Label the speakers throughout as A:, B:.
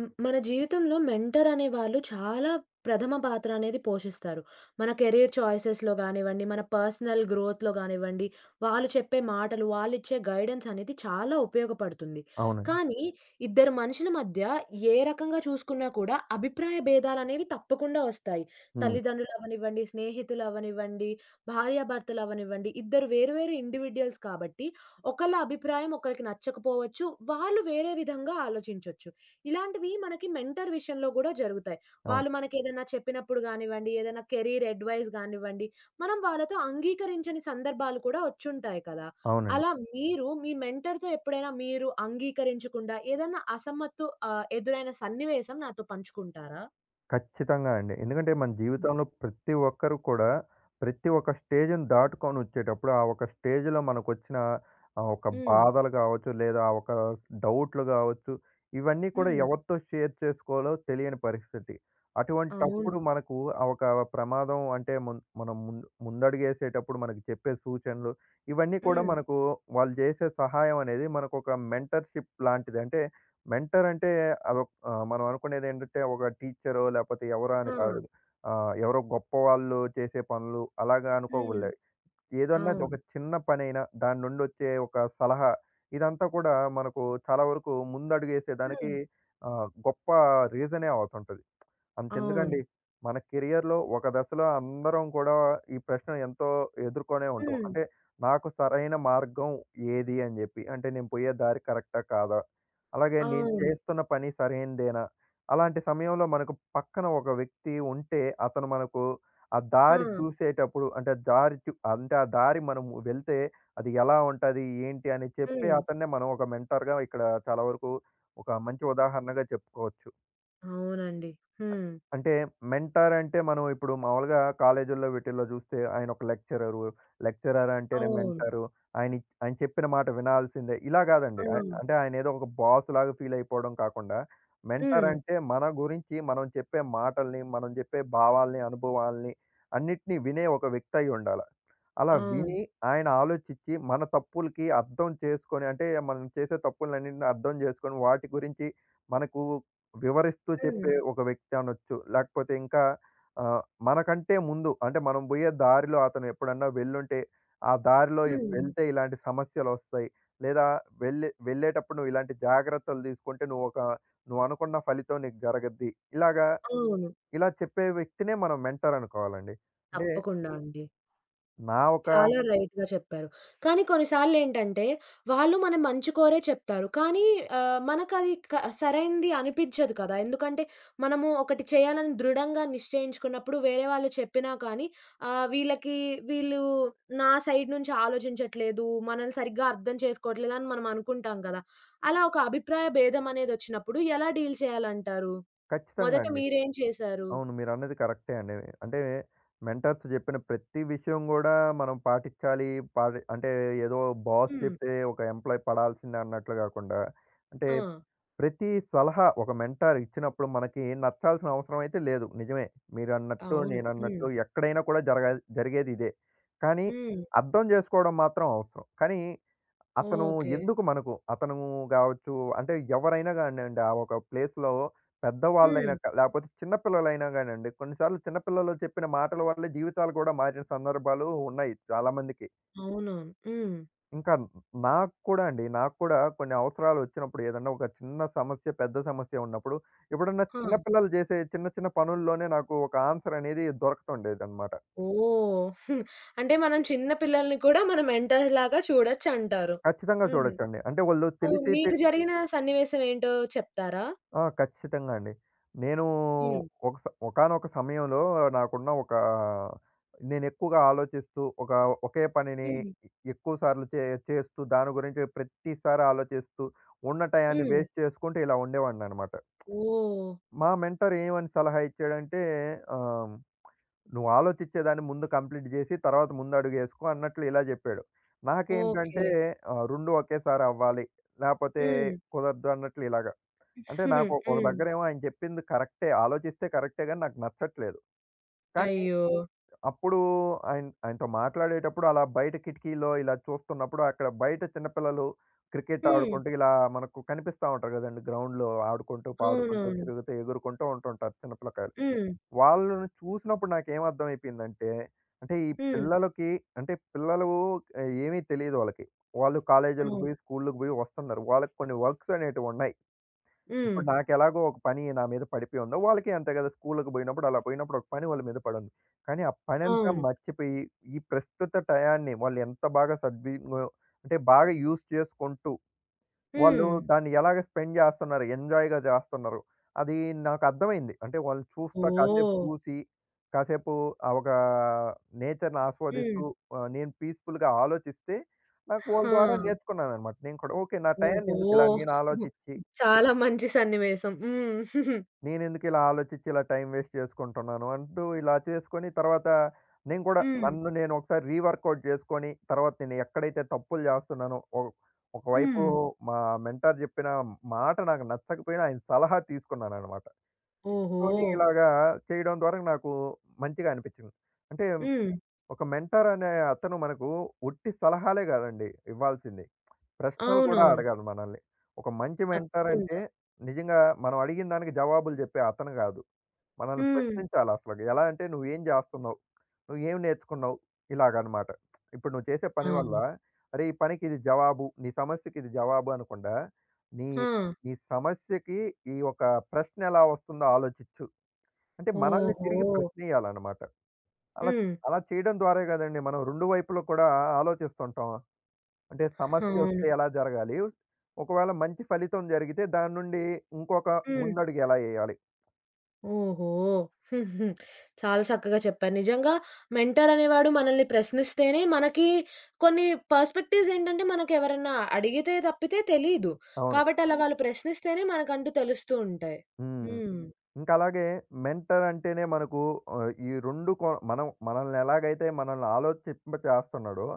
A: మన జీవితంలో మెంటర్ అనేవాళ్ళు చాలా ప్రథమ పాత్ర అనేది పోషిస్తారు. మన కెరియర్ చాయిసెస్‌లో గానివ్వండి, మన పర్సనల్ గ్రోత్‌లో గానివ్వండి, వాళ్ళు చెప్పే మాటలు, వాళ్ళిచ్చే గైడెన్స్ అనేది చాలా ఉపయోగపడుతుంది.
B: అవునండి.
A: కానీ ఇద్దరు మనుషుల మధ్య ఏ రకంగా చూసుకున్నా కూడా అభిప్రాయ భేదాలనేవి తప్పకుండా వస్తాయి.
B: హ్మ్.
A: తల్లిదండ్రులవ్వనివ్వండి, స్నేహితులవ్వనివ్వండి, భార్యాభర్తలవ్వనివ్వండి, ఇద్దరు వేరు వేరు ఇండివిడ్యుయల్స్ కాబట్టి ఒకళ్ళ అభిప్రాయం ఒకళ్ళకి నచ్చకపోవచ్చు. వాళ్ళు వేరే విధంగా ఆలోచించొచ్చు. ఇలాంటివి మనకి మెంటర్ విషయంలో గూడా జరుగుతాయి.
B: అవును.
A: వాళ్ళు మనకేదన్నా చెప్పినప్పుడు గానివ్వండి, ఏదైనా కెరీర్ అడ్వైస్ గానివ్వండి, మనం వాళ్ళతో అంగీకరించని సందర్భాలు కూడా వచ్చుంటాయి కదా!
B: అవునండి.
A: అలా మీరు మీ మెంటర్‌తో ఎప్పుడైనా మీరు అంగీకరించకుండా ఏదన్నా అసమ్మత్తు ఎదురైన సన్నివేశం నాతో పంచుకుంటారా?
B: ఖచ్చితంగా అండి. ఎందుకంటే మన జీవితంలో ప్రతి ఒక్కరు కూడా ప్రతి ఒక్క స్టేజ్‌ని దాటుకొనొచ్చేటప్పుడు ఆ ఒక స్టేజ్‌లో మనకొచ్చిన ఆ ఒక
A: హ్మ్.
B: బాధలు కావచ్చు, లేదా ఆ ఒక డౌట్‌లు కావచ్చు, ఇవన్నీ కూడా
A: హ్మ్.
B: ఎవరితో షేర్ చేసుకోవాలో తెలియని పరిస్థితి.
A: అవును.
B: అటువంటప్పుడు మనకు ఆ ఒక ప్రమాదం అంటే మనం ముందు ముందడుగేసేటప్పుడు మనకు చెప్పే సూచనలు ఇవన్నీ కూడా
A: హ్మ్.
B: మనకు వాళ్ళు చేసే సహాయం అనేది మనకొక మెంటర్‌షిప్ లాంటిది. అంటే మెంటర్ అంటే అదొక మనం అనుకునేదేంటంటే ఒక టీచరో లేపోతే ఎవరో
A: ఆ!
B: అని కాదు. ఎవరో గొప్పవాళ్ళు చేసే పనులు అలాగా
A: హ్మ్.
B: అనుకోగూడదు. ఏదన్నా
A: అవును.
B: ఒక చిన్న పనైనా దాని నుండొచ్చే ఒక సలహా ఇదంతా కూడా మనకు చాలా వరకు ముందడుగేసేదానికి
A: హ్మ్.
B: గొప్ప రీజనే అవుతుంటది.
A: అవును.
B: అంతెందుకండి. మన కెరియర్‌లో ఒక దశలో అందరం కూడా ఈ ప్రశ్న ఎంతో ఎదుర్కొనే ఉంటాం.
A: హ్మ్.
B: అంటే నాకు సరైన మార్గం ఏది అని జెప్పి. అంటే నేను పోయే దారి కరెక్టా? కాదా? అలాగే నేను
A: అవును.
B: చేస్తున్న పని సరైనదేనా? అలాంటి సమయంలో మనకు పక్కన ఒక వ్యక్తి ఉంటే అతను మనకు ఆ
A: ఆ!
B: దారి చూసేటప్పుడు అంటే దారి చు అంటే ఆ దారి మనం వెళ్తే అది ఎలా ఉంటది? ఏంటి? అని చెప్పి
A: హ్మ్.
B: అతన్నే మనం ఒక మెంటర్‌గా ఇక్కడ చాలా వరకు ఒక మంచి ఉదాహరణగా చెప్పుకోవచ్చు.
A: అవునండి. హ్మ్.
B: అంటే మెంటార్ అంటే మనం ఇప్పుడు మామూలుగా కాలేజీల్లో వీటిల్లో చూస్తే ఆయన ఒక లెక్చరరు. లెక్చరర్ అంటేనే
A: అవును.
B: మెంటరు. ఆయన చెప్పిన మాట వినాల్సిందే. ఇలా కాదండి.
A: ఆ!
B: అంటే ఆయన ఏదో ఒక బాస్ లాగా ఫీల్ అయిపోవడం కాకుండా మెంటార్
A: హ్మ్.
B: అంటే మన గురించి మనం చెప్పే మాటల్ని, మనం చెప్పే భావాల్ని, అనుభవాల్ని అన్నిటిని వినే ఒక వ్యక్తి అయి ఉండాల. అలా
A: అవును.
B: విని, ఆయన ఆలోచిచ్చి, మన తప్పులకి అర్థం చేసుకొని అంటే, మనం చేసే తప్పులన్నిటిని అర్థం చేసుకొని, వాటి గురించి మనకు వివరిస్తూ
A: హ్మ్.
B: చెప్పే ఒక వ్యక్తి అనొచ్చు. లేకపోతే ఇంకా మనకంటే ముందు అంటే, మనం బోయే దారిలో అతను ఎప్పుడన్నా వెళ్ళుంటే, ఆ దారిలో
A: హ్మ్.
B: వెళ్తే ఇలాంటి సమస్యలొస్తాయి. లేదా వెళ్ళేటప్పుడు నువ్వు ఇలాంటి జాగ్రత్తలు తీసుకుంటే, నువ్వు అనుకున్న ఫలితం నీకు జరగద్ది. ఇలాగా
A: అవును.
B: ఇలా చెప్పే వ్యక్తినే మనం మెంటర్ అనుకోవాలండి. అంటే,
A: తప్పకుండా అండి.
B: నా ఒక
A: చాలా రైట్‌గా చెప్పారు. కానీ కొన్నిసార్లేంటంటే, వాళ్ళు మన మంచి కోరే చెప్తారు. కానీ మనకది సరైంది అనిపిచ్చదు కదా! ఎందుకంటే, మనము ఒకటి చేయాలని దృఢంగా నిశ్చయించుకున్నప్పుడు వేరే వాళ్ళు చెప్పినా కానీ ఆహ్, వీళ్ళకి వీళ్ళు నా సైడ్ నుంచి ఆలోచించట్లేదు, మనల్ని సరిగ్గా అర్థం చేసుకోవట్లేదు అని మనం అనుకుంటాం కదా! అలా ఒక అభిప్రాయ భేదం అనేదొచ్చినప్పుడు ఎలా డీల్ చేయాలంటారు?
B: ఖచ్చితంగా
A: మొదట
B: అండి.
A: మీరేం చేశారు?
B: అవును. మీరన్నది కరెక్టే అండి. అంటే మెంటర్స్ జెప్పిన ప్రతి విషయం గూడా మనం పాటిచ్చాలి. పాటి అంటే ఏదో బాస్
A: హ్మ్.
B: చెప్తే ఒక ఎంప్లాయీ పడాల్సిందే అన్నట్లు గాకుండా, అంటే
A: ఆ!
B: ప్రతి సలహా ఒక మెంటార్ ఇచ్చినప్పుడు మనకి నచ్చాల్సిన అవసరం అయితే లేదు. నిజమే. మీరన్నట్టు,
A: అవును.
B: నేనన్నట్టు
A: హ్మ్.
B: ఎక్కడైనా కూడా జరగాలి జరిగేది ఇదే. కానీ
A: హ్మ్.
B: అర్థం జేసుకోవడం మాత్రం అవసరం. కానీ అతను
A: ఓకే.
B: ఎందుకు మనకు అతను గావచ్చు అంటే ఎవరైనా కానియండి ఆ ఒక ప్లేస్‌లో
A: హ్మ్.
B: పెద్దవాళ్ళైనా క లేకపోతే చిన్న పిల్లలైనా కానియండి, కొన్నిసార్లు చిన్న పిల్లలు చెప్పిన మాటల వల్లే జీవితాలు కూడా మారిన సందర్భాలు ఉన్నాయి చాలామందికి.
A: అవునవును. హ్మ్.
B: ఇంకా నాకు కూడా అండి. నాకు కూడా కొన్ని అవసరాలు వచ్చినప్పుడు ఏదన్నా ఒక చిన్న సమస్య, పెద్ద సమస్య ఉన్నప్పుడు ఎప్పుడన్నా చిన్న
A: ఆ!
B: పిల్లలు చేసే చిన్న చిన్న పనుల్లోనే నాకు ఒక ఆన్సర్ అనేది దొరకతుండేదన్నమాట.
A: ఓహ్! అంటే మనం చిన్న పిల్లల్ని కూడా మన మెంటర్‌లాగా చూడొచ్చంటారు.
B: ఖచ్చితంగా
A: హ్మ్.
B: చూడొచ్చండి. అంటే వాళ్ళు
A: ఓహ్!
B: తెలిసి తె
A: మీకు జరిగిన సన్నివేశం ఏంటో చెప్తారా?
B: ఆ! ఖచ్చితంగా అండి. నేను
A: హ్మ్.
B: ఒక స ఒకానొక సమయంలో నాకున్న ఒక నేనెక్కువగా ఆలోచిస్తూ, ఒక ఒకే పనిని
A: హ్మ్.
B: ఎక్కువ సార్లు చేస్తూ, దాని గురించి ప్రతిసారి ఆలోచిస్తూ, ఉన్న టయాన్ని
A: హ్మ్.
B: వేస్ట్ చేసుకుంటూ ఇలా ఉండేవాడిననమాట.
A: ఓహ్!
B: మా మెంటర్ ఏమని సలహా ఇచ్చాడంటే ఆహ్, "నువ్వు ఆలోచిచ్చేదాన్ని ముందు కంప్లీట్ జేసి, తర్వాత ముందడుగేసుకో" అన్నట్లు ఇలా జెప్పాడు.
A: ఓకే.
B: నాకేంటంటే 2 ఒకేసారి అవ్వాలి, లేపోతే
A: హ్మ్.
B: కుదరదు అన్నట్లు ఇలాగ. అంటే నాకు ఒక
A: హ్మ్.
B: దగ్గరేమో ఆయన చెప్పింది కరెక్టే. ఆలోచిస్తే కరెక్టే గాని నాకు నచ్చట్లేదు. కానీ
A: అయ్యో!
B: అప్పుడు ఆయన ఆయనతో మాట్లాడేటప్పుడు అలా బయట కిటికీలో ఇలా చూస్తున్నప్పుడు అక్కడ బయట చిన్న పిల్లలు క్రికెట్
A: హ్మ్.
B: ఆడుకుంటూ ఇలా మనకు కనిపిస్తా ఉంటారు గదండీ! గ్రౌండ్‌లో ఆడుకుంటూ, పాడుకుంటూ,
A: అవునవును.
B: తిరుగుతూ, ఎగురుకుంటూ ఉంటుంటారు చిన్న పిల్లకాయలు.
A: హ్మ్.
B: వాళ్ళని చూసినప్పుడు నాకేమర్థమైపోయిందంటే, అంటే ఈ
A: హ్మ్.
B: పిల్లలకి అంటే పిల్లలు ఏమీ తెలీదు వాళ్ళకి. వాళ్ళు కాలేజీలకు
A: అవును.
B: పోయి, స్కూలుకు పోయి వస్తున్నారు. వాళ్ళకి కొన్ని వర్క్స్ అనేటివున్నాయి.
A: హ్మ్.
B: ఇప్పుడు నాకెలాగో ఒక పని నా మీద పడిపోయి ఉందో, వాళ్ళకి అంతే కదా! స్కూలుకి పోయినప్పుడు అలా పోయినప్పుడు ఒక పని వాళ్ళ మీద పడుంది. కానీ ఆ పనంతా
A: అవును.
B: మర్చిపోయి, ఈ ప్రస్తుత టయాన్ని వాళ్ళు ఎంత బాగా సద్వి వ అంటే బాగా యూజ్ చేసుకుంటూ, వాళ్ళు
A: హ్మ్.
B: దాన్ని ఎలాగ స్పెండ్ చేస్తున్నారు, ఎంజాయ్‌గా చేస్తున్నారు. అది నాకు అర్థమైంది. అంటే వాళ్ళు చూస్తా కాసేపు
A: ఓహ్!
B: చూసి, కాసేపు ఆ ఒక నేచర్‌ని
A: హ్మ్.
B: ఆస్వాదిస్తూ నేను పీస్‌ఫుల్‌గా ఆలోచిస్తే, నాకు వాళ్ళ ద్వారా
A: ఆ!
B: నేర్చుకున్నాననమాట. నేను కూడా ఓకే. నా టయాన్ని ఎందుకు
A: ఓహో!
B: ఇలా నేను ఆలోచించి
A: చాలా మంచి సన్నివేశం. హ్మ్.
B: నేనెందుకు ఇలా ఆలోచిచ్చి ఇలా టైం వేస్ట్ చేసుకుంటున్నాను అంటూ ఇలా చేసుకొని తర్వాత నేను కూడా
A: హ్మ్.
B: నన్ను నేను ఒకసారి రీవర్కౌట్ చేసుకొని తర్వాత నేను ఎక్కడైతే తప్పులు చేస్తున్నానో ఒకవైపు
A: హ్మ్.
B: మా మెంటార్ చెప్పిన మాట నాకు నచ్చకపోయినా ఆయన సలహా తీసుకున్నాననమాట.
A: ఓహో!
B: కొని ఇలాగా చేయడం ద్వారా నాకు మంచిగా అనిపించింది. అంటే
A: హ్మ్.
B: ఒక మెంటార్ అనే అతను మనకు ఉట్టి సలహాలే కాదండి ఇవ్వాల్సింది. ప్రశ్నలు కూడా
A: అవునవును.
B: అడగాలి మనల్ని. ఒక మంచి మెంటార్ అంటే
A: తప్పకుండా.
B: నిజంగా మనం అడిగిన దానికి జవాబులు చెప్పే అతను కాదు. మనల్ని
A: హ్మ్.
B: ప్రశ్నించాలి అసలకి. ఎలా అంటే "నువ్వేం జేస్తున్నావు? నువ్వేం నేర్చుకున్నావు?" ఇలాగనమాట. ఇప్పుడు నువ్వు చేసే
A: ఆ!
B: పని వల్ల, అరే! ఈ పనికి ఇది జవాబు, నీ సమస్యకి ఇది జవాబు అనకుండా, నీ
A: ఆ!
B: నీ సమస్యకి ఈ ఒక ప్రశ్న ఎలా వస్తుందో ఆలోచిచ్చు. అంటే మనల్ని
A: ఓహో!
B: తిరిగి ప్రశ్నియ్యాలనమాట. అలా
A: హ్మ్.
B: అలా చేయడం ద్వారా గదండీ మనం 2 వైపులు కూడా ఆలోచిస్తుంటాం. అంటే సమస్య
A: అవును.
B: వస్తే ఎలా జరగాలి? ఒకవేళ మంచి ఫలితం జరిగితే దాని నుండి ఇంకొక
A: హ్మ్.
B: ముందడుగు ఎలా ఎయ్యాలి?
A: ఓహో! చాలా చక్కగా చెప్పారు. నిజంగా మెంటర్ అనేవాడు మనల్ని ప్రశ్నిస్తేనే మనకి కొన్ని పర్స్పెక్టివ్స్ ఏంటంటే మనకెవరన్నా అడిగితే తప్పితే తెలీదు.
B: అవును.
A: కాబట్టి అలా వాళ్ళు ప్రశ్నిస్తేనే మనకంటూ తెలుస్తూ ఉంటాయి.
B: హ్మ్.
A: హ్మ్.
B: ఇంకలాగే మెంటర్ అంటేనే మనకు ఈ 2 కో మనం మనల్ని ఎలాగైతే మనల్ని ఆలోచింపచేస్తున్నాడో,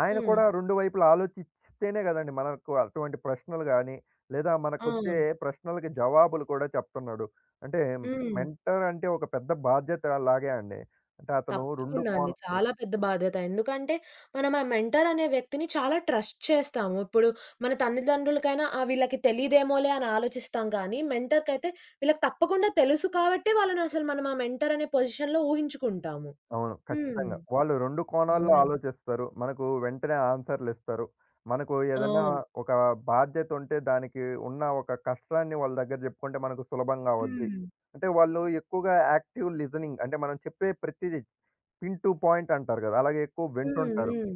B: ఆయన
A: హ్మ్.
B: కూడా 2 వైపులా ఆలోచిస్తేనే గదండీ మనకు అటువంటి ప్రశ్నలు గాని, లేదా మనకొచ్చే
A: అవును.
B: ప్రశ్నలకి జవాబులు కూడా చెప్తున్నాడు. అంటే
A: హ్మ్.
B: మెంటర్ అంటే ఒక పెద్ద బాధ్యత లాగే అండి. అంటే అతను 2
A: తప్పకుండా
B: కోణ
A: అండి. చాలా పెద్ద బాధ్యత. ఎందుకంటే, మనం ఆ మెంటర్ అనే వ్యక్తిని చాలా ట్రస్ట్ చేస్తాము. ఇప్పుడు మన తల్లిదండ్రులకైనా ఆ! వీళ్ళకి తెలీదేమోలే అని ఆలోచిస్తాం గానీ, మెంటర్‌కైతే వీళ్ళకి తప్పకుండా తెలుసు కాబట్టి, వాళ్ళనసలు మనం ఆ మెంటర్ అనే పొజిషన్‌లో ఊహించుకుంటాము.
B: అవును.
A: హ్మ్.
B: ఖచ్చితంగా. వాళ్ళు 2 కోణాల్లో
A: అవునండి.
B: ఆలోచిస్తారు. మనకు వెంటనే ఆన్సర్‌లిస్తారు. మనకు ఏదన్నా
A: అవును.
B: హ్మ్. ఒక బాధ్యత ఉంటే దానికి ఉన్న ఒక కష్టాన్ని వాళ్ళ దగ్గర జెప్పుకుంటే మనకు సులభంగా అవుద్ది.
A: హ్మ్.
B: అంటే వాళ్ళు ఎక్కువగా యాక్టివ్ లిజనింగ్ అంటే మనం చెప్పే ప్రతిది పిన్ టు పాయింట్ అంటారు గదా! అలాగే ఎక్కువ
A: హ్మ్.
B: వింటుంటారు.
A: హ్మ్.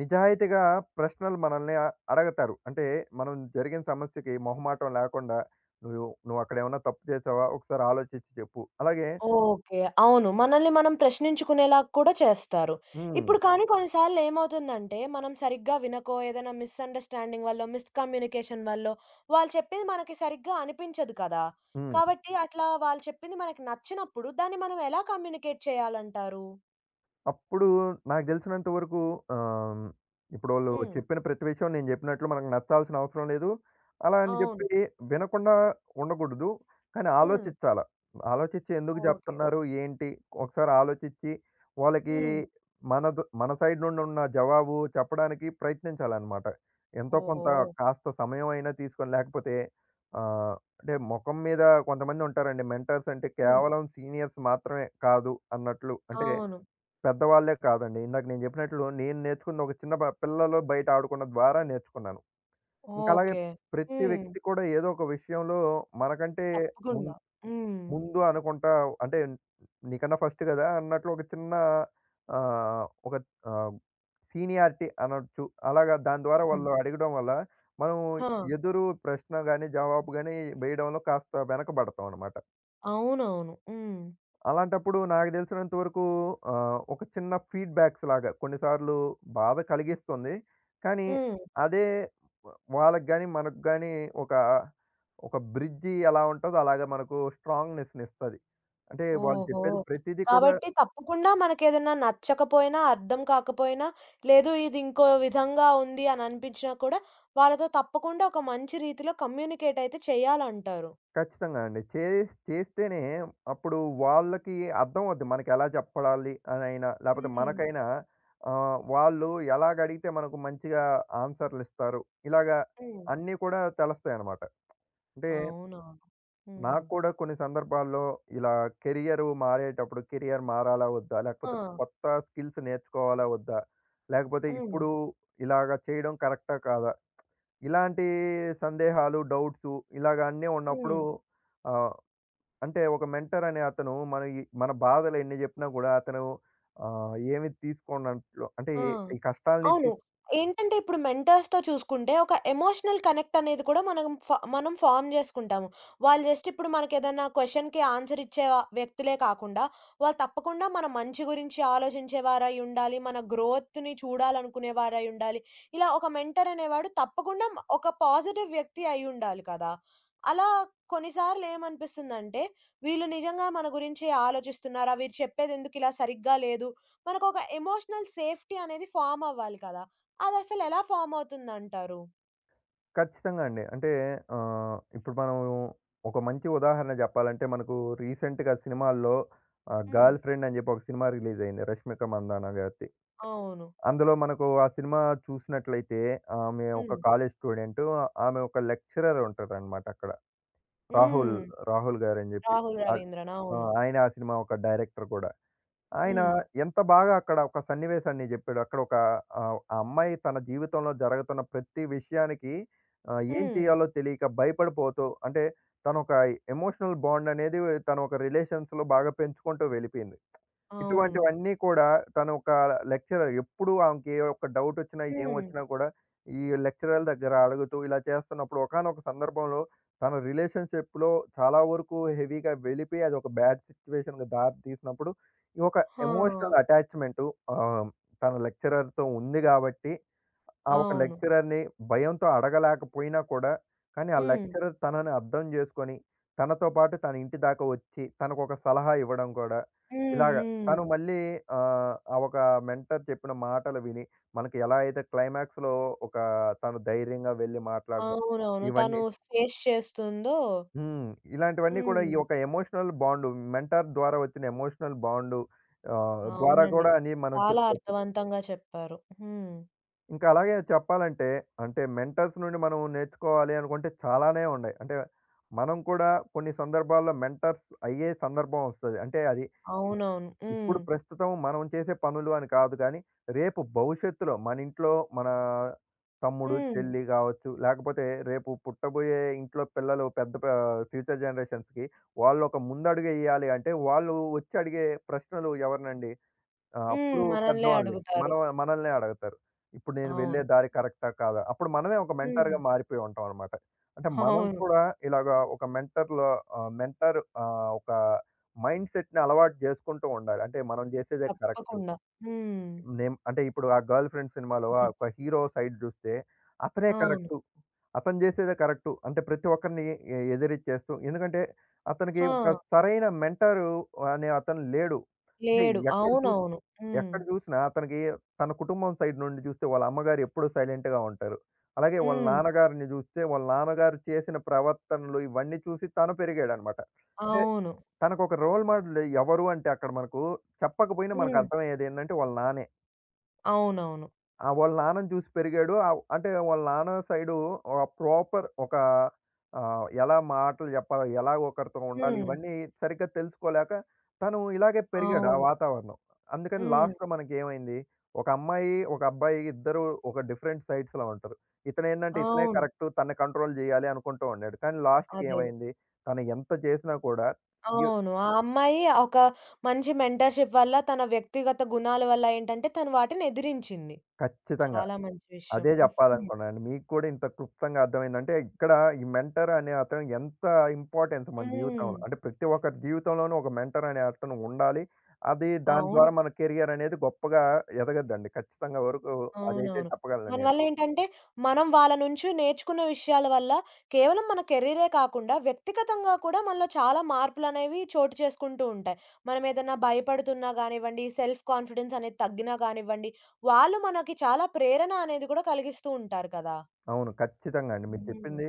B: నిజాయితీగా ప్రశ్నలు మనల్ని అ అడగతారు. అంటే మనం జరిగిన సమస్యకి మొహమాటం లేకుండా "నువ్వు నువ్వక్కడేమన్నా తప్పు చేశావా? ఒకసారి ఆలోచించి చెప్పు." అలాగే
A: ఓకే. అవును. మనల్ని మనం ప్రశ్నించుకునేలా కూడా చేస్తారు.
B: హ్మ్.
A: ఇప్పుడు కానీ కొన్నిసార్లు ఏమవుతుందంటే, మనం సరిగ్గా వినకో, ఏదైనా మిస్‌అండర్‌స్టాండింగ్ వల్లో, మిస్‌కమ్యూనికేషన్ వల్లో, వాళ్ళు చెప్పింది మనకి సరిగ్గా అనిపించదు కదా!
B: హ్మ్.
A: కాబట్టి అట్లా వాళ్ళు చెప్పింది మనకి నచ్చినప్పుడు, దాన్ని మనం ఎలా కమ్యూనికేట్ చేయాలంటారు?
B: అప్పుడు నాకు దెలిసినంత వరకు ఆహ్, ఇప్పుడోళ్ళు
A: హ్మ్.
B: చెప్పిన ప్రతి విషయం నేను జెప్పినట్లు మనకు నచ్చాల్సిన అవసరం లేదు. అలా అని
A: అవును.
B: జెప్పి వినకుండా ఉండకూడదు. కానీ
A: హ్మ్.
B: ఆలోచించాల. ఆలోచించి ఎందుకు
A: ఓకే.
B: జెప్తున్నారు? ఏంటి? ఒకసారి ఆలోచించి వాళ్ళకి
A: హ్మ్.
B: మన సైడ్ నుండి ఉన్న జవాబు చెప్పడానికి ప్రయత్నించాలన్నమాట. ఎంతో
A: ఓహో!
B: కొంత కాస్త సమయం అయినా తీసుకొని లేకపోతే ఆహ్, అంటే మొఖం మీద కొంతమంది ఉంటారండి. మెంటర్స్ అంటే
A: హ్మ్.
B: కేవలం సీనియర్స్ మాత్రమే కాదు అన్నట్లు. అంటే
A: అవును.
B: పెద్దవాళ్ళే కాదండి. ఇందాక నేను జెప్పినట్లు నేను నేర్చుకుంది ఒక చిన్న పిల్లలు బయట ఆడుకున్న ద్వారా నేర్చుకున్నాను. ఇంకా అలాగే
A: ఓకే.
B: ప్రతి
A: హ్మ్.
B: వ్యక్తి కూడా ఏదో ఒక విషయంలో మనకంటే ముం
A: తప్పకుండా. హ్మ్.
B: ముందు అనుకుంటా అంటే నీకన్నా ఫస్ట్ గదా! అన్నట్లు ఒక చిన్న ఒక ఆహ్, సీనియారిటీ అనొచ్చు. అలాగా దాని ద్వారా
A: హ్మ్.
B: వాళ్ళు అడగడం వల్ల మనం
A: ఆ!
B: ఎదురు ప్రశ్న గాని, జవాబు గాని వేయడంలో కాస్త వెనకబడతాం అనమాట.
A: అవునవును. హ్మ్.
B: అలాంటప్పుడు నాకు తెలిసినంత వరకు ఒక చిన్న ఫీడ్‌బ్యాక్స్ లాగా కొన్నిసార్లు బాధ కలిగిస్తుంది. కానీ
A: హ్మ్.
B: అదే వ వాళ్ళకి గాని, మనకు గాని ఒక, ఒక బ్రిడ్జి ఎలా ఉంటదో అలాగా మనకు స్ట్రాంగ్‌నెస్‌నిస్తది. అంటే వాళ్ళు
A: ఓహో!
B: చెప్పేది ప్రతిది కూడా
A: కాబట్టి తప్పకుండా మనకేదన్నా నచ్చకపోయినా, అర్థం కాకపోయినా, లేదు ఇది ఇంకో విధంగా ఉంది అని అనిపించినా కూడా వాళ్ళతో తప్పకుండా ఒక మంచి రీతిలో కమ్యూనికేట్ అయితే చేయాలంటారు.
B: ఖచ్చితంగా అండి. చేస్తేనే అప్పుడు వాళ్ళకి అర్థమవుద్ది. మనకెలా చెప్పడాలి అనైనా లేపోతే
A: హ్మ్.
B: మనకైనా వాళ్ళు ఎలాగడిగితే మనకు మంచిగా ఆన్సర్‌లిస్తారు. ఇలాగా
A: హ్మ్.
B: అన్నీ కూడా తెలుస్తాయన్నమాట. అంటే
A: అవునవును. హ్మ్.
B: నాకు కూడా కొన్ని సందర్భాల్లో ఇలా కెరియర్ మారేటప్పుడు కెరియర్ మారాలా వద్దా? లేకపోతే
A: ఆ!
B: కొత్త స్కిల్స్ నేర్చుకోవాలా వద్దా? లేకపోతే
A: హ్మ్.
B: ఇప్పుడు ఇలాగ చేయడం కరెక్టా కాదా? ఇలాంటి సందేహాలు, డౌట్సు ఇలాగ అన్నీ ఉన్నప్పుడు
A: హ్మ్.
B: ఆహ్, అంటే ఒక మెంటర్ అనే అతను మన ఈ మన బాధలు ఎన్ని జెప్పినా గూడా అతను ఏమి తీసుకోనట్లు అంటే
A: ఆ!
B: ఈ ఈ కష్టాల్ని
A: అవును.
B: తీస్
A: ఏంటంటే ఇప్పుడు మెంటర్స్‌తో చూసుకుంటే ఒక ఎమోషనల్ కనెక్ట్ అనేది కూడా మనం ఫార్మ్ చేసుకుంటాము. వాళ్ళు జస్ట్ ఇప్పుడు మనకేదన్నా క్వెషన్‌కి ఆన్సర్ ఇచ్చే వ్యక్తులే కాకుండా, వాళ్ళు తప్పకుండా మన మంచి గురించి ఆలోచించేవారై ఉండాలి. మన గ్రోత్‌ని చూడాలనుకునేవారై ఉండాలి. ఇలా ఒక మెంటర్ అనేవాడు తప్పకుండా ఒక పాజిటివ్ వ్యక్తి అయి ఉండాలి కదా! అలా కొన్నిసార్లు ఏమనిపిస్తుందంటే, వీళ్ళు నిజంగా మన గురించి ఆలోచిస్తున్నారా? వీరు చెప్పేదెందుకిలా సరిగ్గా లేదు? మనకొక ఎమోషనల్ సేఫ్టీ అనేది ఫార్మ్ అవ్వాలి కదా! అదసలెలా ఫార్మ్ అవుతుందంటారు?
B: ఖచ్చితంగా అండి. అంటే ఇప్పుడు మనం ఒక మంచి ఉదాహరణ జెప్పాలంటే మనకు రీసెంట్‌గా సినిమాల్లో
A: హ్మ్.
B: 'గర్ల్ ఫ్రెండ్' అని జెప్పి ఒక సినిమా రిలీజ్ అయింది. 'రష్మిక మందాన' గారిది.
A: అవును.
B: అందులో మనకు ఆ సినిమా చూసినట్లయితే ఆమె ఒక
A: హ్మ్.
B: College student. ఆమె ఒక లెక్చరర్ ఉంటారనమాట అక్కడ. రాహుల్,
A: హ్మ్.
B: రాహుల్ గారని జెప్పి.
A: రాహుల్
B: అద్
A: రవీంద్రన్.
B: ఆ! ఆ,
A: అవును.
B: ఆయన ఆ సినిమా ఒక డైరెక్టర్ గూడా. ఆయన
A: హ్మ్.
B: ఎంత బాగా అక్కడ ఒక సన్నివేశాన్ని జెప్పాడు. అక్కడ ఒక ఆ అమ్మాయి తన జీవితంలో జరుగుతున్న ప్రతి విషయానికి ఏం
A: హ్మ్.
B: చేయాలో తెలియక భయపడిపోతూ అంటే తను ఒక ఎమోషనల్ బాండ్ అనేది తను ఒక రిలేషన్స్‌లో బాగా పెంచుకుంటూ వెళ్ళిపోయింది.
A: అవును.
B: ఇటువంటివన్నీ కూడా తను ఒక లెక్చరర్. ఎప్పుడు ఆమెకి ఏ ఒక్క డౌటొచ్చినా,
A: హ్మ్.
B: ఏమొచ్చినా కూడా ఈ లెక్చరర్ల దగ్గర అడుగుతూ ఇలా చేస్తున్నప్పుడు ఒకానొక సందర్భంలో తన రిలేషన్‌షిప్‌లో చాలా వరకు హెవీగా వెళ్ళిపోయి అదొక బ్యాడ్ సిట్యుయేషన్‌కి దారి తీసినప్పుడు, ఈ ఒక
A: ఆ!
B: ఎమోషనల్ అటాచ్‌మెంటు ఆహ్, తన లెక్చరర్‌తో ఉంది గాబట్టి ఆ ఒక
A: అవును.
B: లెక్చరర్‌ని భయంతో అడగలేకపోయినా కూడా, కానీ ఆ
A: హ్మ్.
B: లెక్చరర్ తనని అర్థం చేసుకొని, తనతో పాటు తన ఇంటి దాకా వచ్చి, తనకొక సలహా ఇవ్వడం కూడా,
A: హ్మ్.
B: ఇలాగ
A: హ్మ్.
B: తను మళ్ళీ ఆ ఒక మెంటర్ చెప్పిన మాటలు విని, మనకి ఎలా అయితే క్లైమాక్స్‌లో ఒక తను ధైర్యంగా వెళ్లి మాట్లాడడం,
A: అవునవును. తను
B: ఇవన్నీ
A: ఫేస్ చేస్తుందో
B: హ్మ్. ఇలాంటివన్నీ కూడా
A: హ్మ్.
B: ఈ యొక్క ఎమోషనల్ బాండు మెంటర్ ద్వారా వచ్చిన ఎమోషనల్ బాండు ద్వారా
A: అవునండి.
B: కూడా అని మనం
A: చాలా
B: చెప్పుకోవచ్చు.
A: అర్థవంతంగా చెప్పారు. హ్మ్.
B: ఇంకా అలాగే చెప్పాలంటే, అంటే మెంటర్స్ నుండి మనం నేర్చుకోవాలి అనుకుంటే చాలానే ఉన్నాయి. అంటే మనం కూడా కొన్ని సందర్భాల్లో మెంటర్స్ అయ్యే సందర్భం వస్తది. అంటే అది ఇ-
A: అవునవును. హ్మ్.
B: ఇప్పుడు ప్రస్తుతం మనం చేసే పనులు అని కాదు కానీ, రేపు భవిష్యత్తులో మన ఇంట్లో మన తమ్ముడు,
A: హ్మ్.
B: చెల్లి కావచ్చు, లేకపోతే రేపు పుట్టబోయే ఇంట్లో పిల్లలు పెద్ద ప ఫ్యూచర్ జనరేషన్స్‌కి వాళ్ళు ఒక ముందడుగు ఎయ్యాలి అంటే, వాళ్ళు వచ్చి అడిగే ప్రశ్నలు ఎవరినండి? ఆ!
A: హ్మ్.
B: అప్పుడు
A: మనల్నే
B: పెద్దవాళ్ళే.
A: అడుగుతారు.
B: మనం మనల్నే అడుగుతారు. ఇప్పుడు నేను వెళ్ళే
A: అవును.
B: దారి కరెక్టా? కాదా? అప్పుడు మనమే ఒక
A: హ్మ్.
B: మెంటర్‌గా మారిపోయి ఉంటాం అన్నమాట. అంటే మనం
A: అవును.
B: కూడా ఇలాగా ఒక మెంటర్‌లో ఒక మైండ్‌సెట్‌ని అలవాటు చేసుకుంటూ ఉండాలి. అంటే మనం చేసేదే కరెక్టు.
A: తప్పకుండా. హ్మ్.
B: నేమ్ అంటే ఇప్పుడు ఆ 'గర్ల్ ఫ్రెండ్' సినిమాలో ఆ
A: హ్మ్.
B: ఒక హీరో సైడ్ చూస్తే అతనే
A: అవును.
B: కరెక్టు. అతను చేసేదే కరెక్టు. అంటే ప్రతి ఒక్కరిని ఎదిరిచ్చేస్తూ ఎందుకంటే అతనికి
A: ఆ!
B: ఒక సరైన మెంటరు అనే అతను లేడు. అంటే
A: లేడు.
B: ఎక్కడ చూసినా
A: అవునవును. హ్మ్.
B: ఎక్కడ జూసినా అతనికి తన కుటుంబం సైడ్ నుండి జూస్తే వాళ్ళ అమ్మగారు ఎప్పుడూ సైలెంట్‌గా ఉంటారు. అలాగే వాళ్ళ
A: హ్మ్.
B: నాన్నగారిని జూస్తే వాళ్ళ నాన్నగారు చేసిన ప్రవర్తనలు ఇవన్నీ చూసి తను పెరిగాడనమాట. అంటే
A: అవును.
B: తనకొక రోల్ మోడల్ ఎవరు అంటే అక్కడ మనకు చెప్పకపోయినా మనకు
A: హ్మ్.
B: అర్థమయ్యేదేందంటే వాళ్ళ నాన్నే.
A: అవునవును.
B: ఆ! వాళ్ళ నాన్నని చూసి పెరిగాడు. ఆవ్ అంటే వాళ్ళ నాన్న సైడు ఒక ప్రాపర్ ఒక ఎలా మాటలు చెప్పాలి? ఎలా ఒకరితో ఉండాలి?
A: హ్మ్.
B: ఇవన్నీ సరిగ్గా తెలుసుకోలేక తను ఇలాగే పెరిగాడు ఆ
A: అవును.
B: వాతావరణం. అందుకని
A: హ్మ్.
B: లాస్ట్‌లో మనకేమైంది? ఒక అమ్మాయి, ఒక అబ్బాయి ఇద్దరు ఒక డిఫరెంట్ సైడ్స్‌లో ఉంటారు. ఇతనేంటంటే ఇతనే
A: అవును.
B: కరెక్ట్. తనని కంట్రోల్ చేయాలి అనుకుంటూ ఉండాడు. కానీ లాస్ట్‌కి
A: అదే.
B: ఏమైంది? తను ఎంత చేసినా కూడా యు
A: అవును. ఆ అమ్మాయి ఒక మంచి మెంటర్‌షిప్ వల్ల, తన వ్యక్తిగత గుణాల వల్ల ఏంటంటే, తను వాటిని ఎదిరించింది.
B: ఖచ్చితంగా.
A: చాలా మంచి విషయం.
B: అదే
A: హ్మ్.
B: జెప్పాలనుకున్నానండి. మీకు కూడా ఇంత క్లుప్తంగా అర్థమైందంటే, ఇక్కడ ఈ మెంటర్ అనే అతను ఎంత ఇంపార్టెన్స్ మన
A: హ్మ్.
B: జీవితంలో. అంటే ప్రతి ఒక్కరి జీవితంలోనూ ఒక మెంటర్ అనే అతను ఉండాలి. అది దాని
A: అవును.
B: ద్వారా మన కెరియర్ అనేది గొప్పగా ఎదగద్దండి. ఖచ్చితంగా వరకు అదైతే
A: అవునవును.
B: చెప్పగలను నేను.
A: దానివల్లేంటంటే, మనం వాళ్ళ నుంచి నేర్చుకున్న విషయాల వల్ల కేవలం మన కెరీరే కాకుండా, వ్యక్తిగతంగా కూడా మనలో చాలా మార్పులనేవి చోటు చేసుకుంటూ ఉంటాయి. మనమేదన్నా భయపడుతున్నా గానివ్వండి, సెల్ఫ్ కాన్ఫిడెన్స్ అనేది తగ్గినా గానివ్వండి, వాళ్ళు మనకి చాలా ప్రేరణ అనేది కూడా కలిగిస్తూ ఉంటారు కదా!
B: అవును. ఖచ్చితంగా అండి. మీరు
A: హ్మ్.
B: చెప్పింది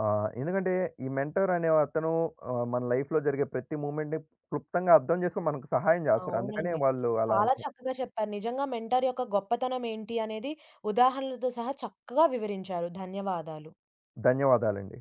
B: ఎందుకంటే ఈ మెంటర్ అనే అతను మన లైఫ్‌లో జరిగే ప్రతి మూమెంట్‌ని క్లుప్తంగా అర్థం చేసుకొని మనకు సహాయం జేస్తారు. అందుకనే
A: అవునండి.
B: వాళ్ళు అలా
A: చాలా
B: ఉంటారు.
A: చక్కగా చెప్పారు. నిజంగా మెంటర్ యొక్క గొప్పతనం ఏంటి అనేది ఉదాహరణలతో సహా చక్కగా వివరించారు. ధన్యవాదాలు.
B: ధన్యవాదాలండి.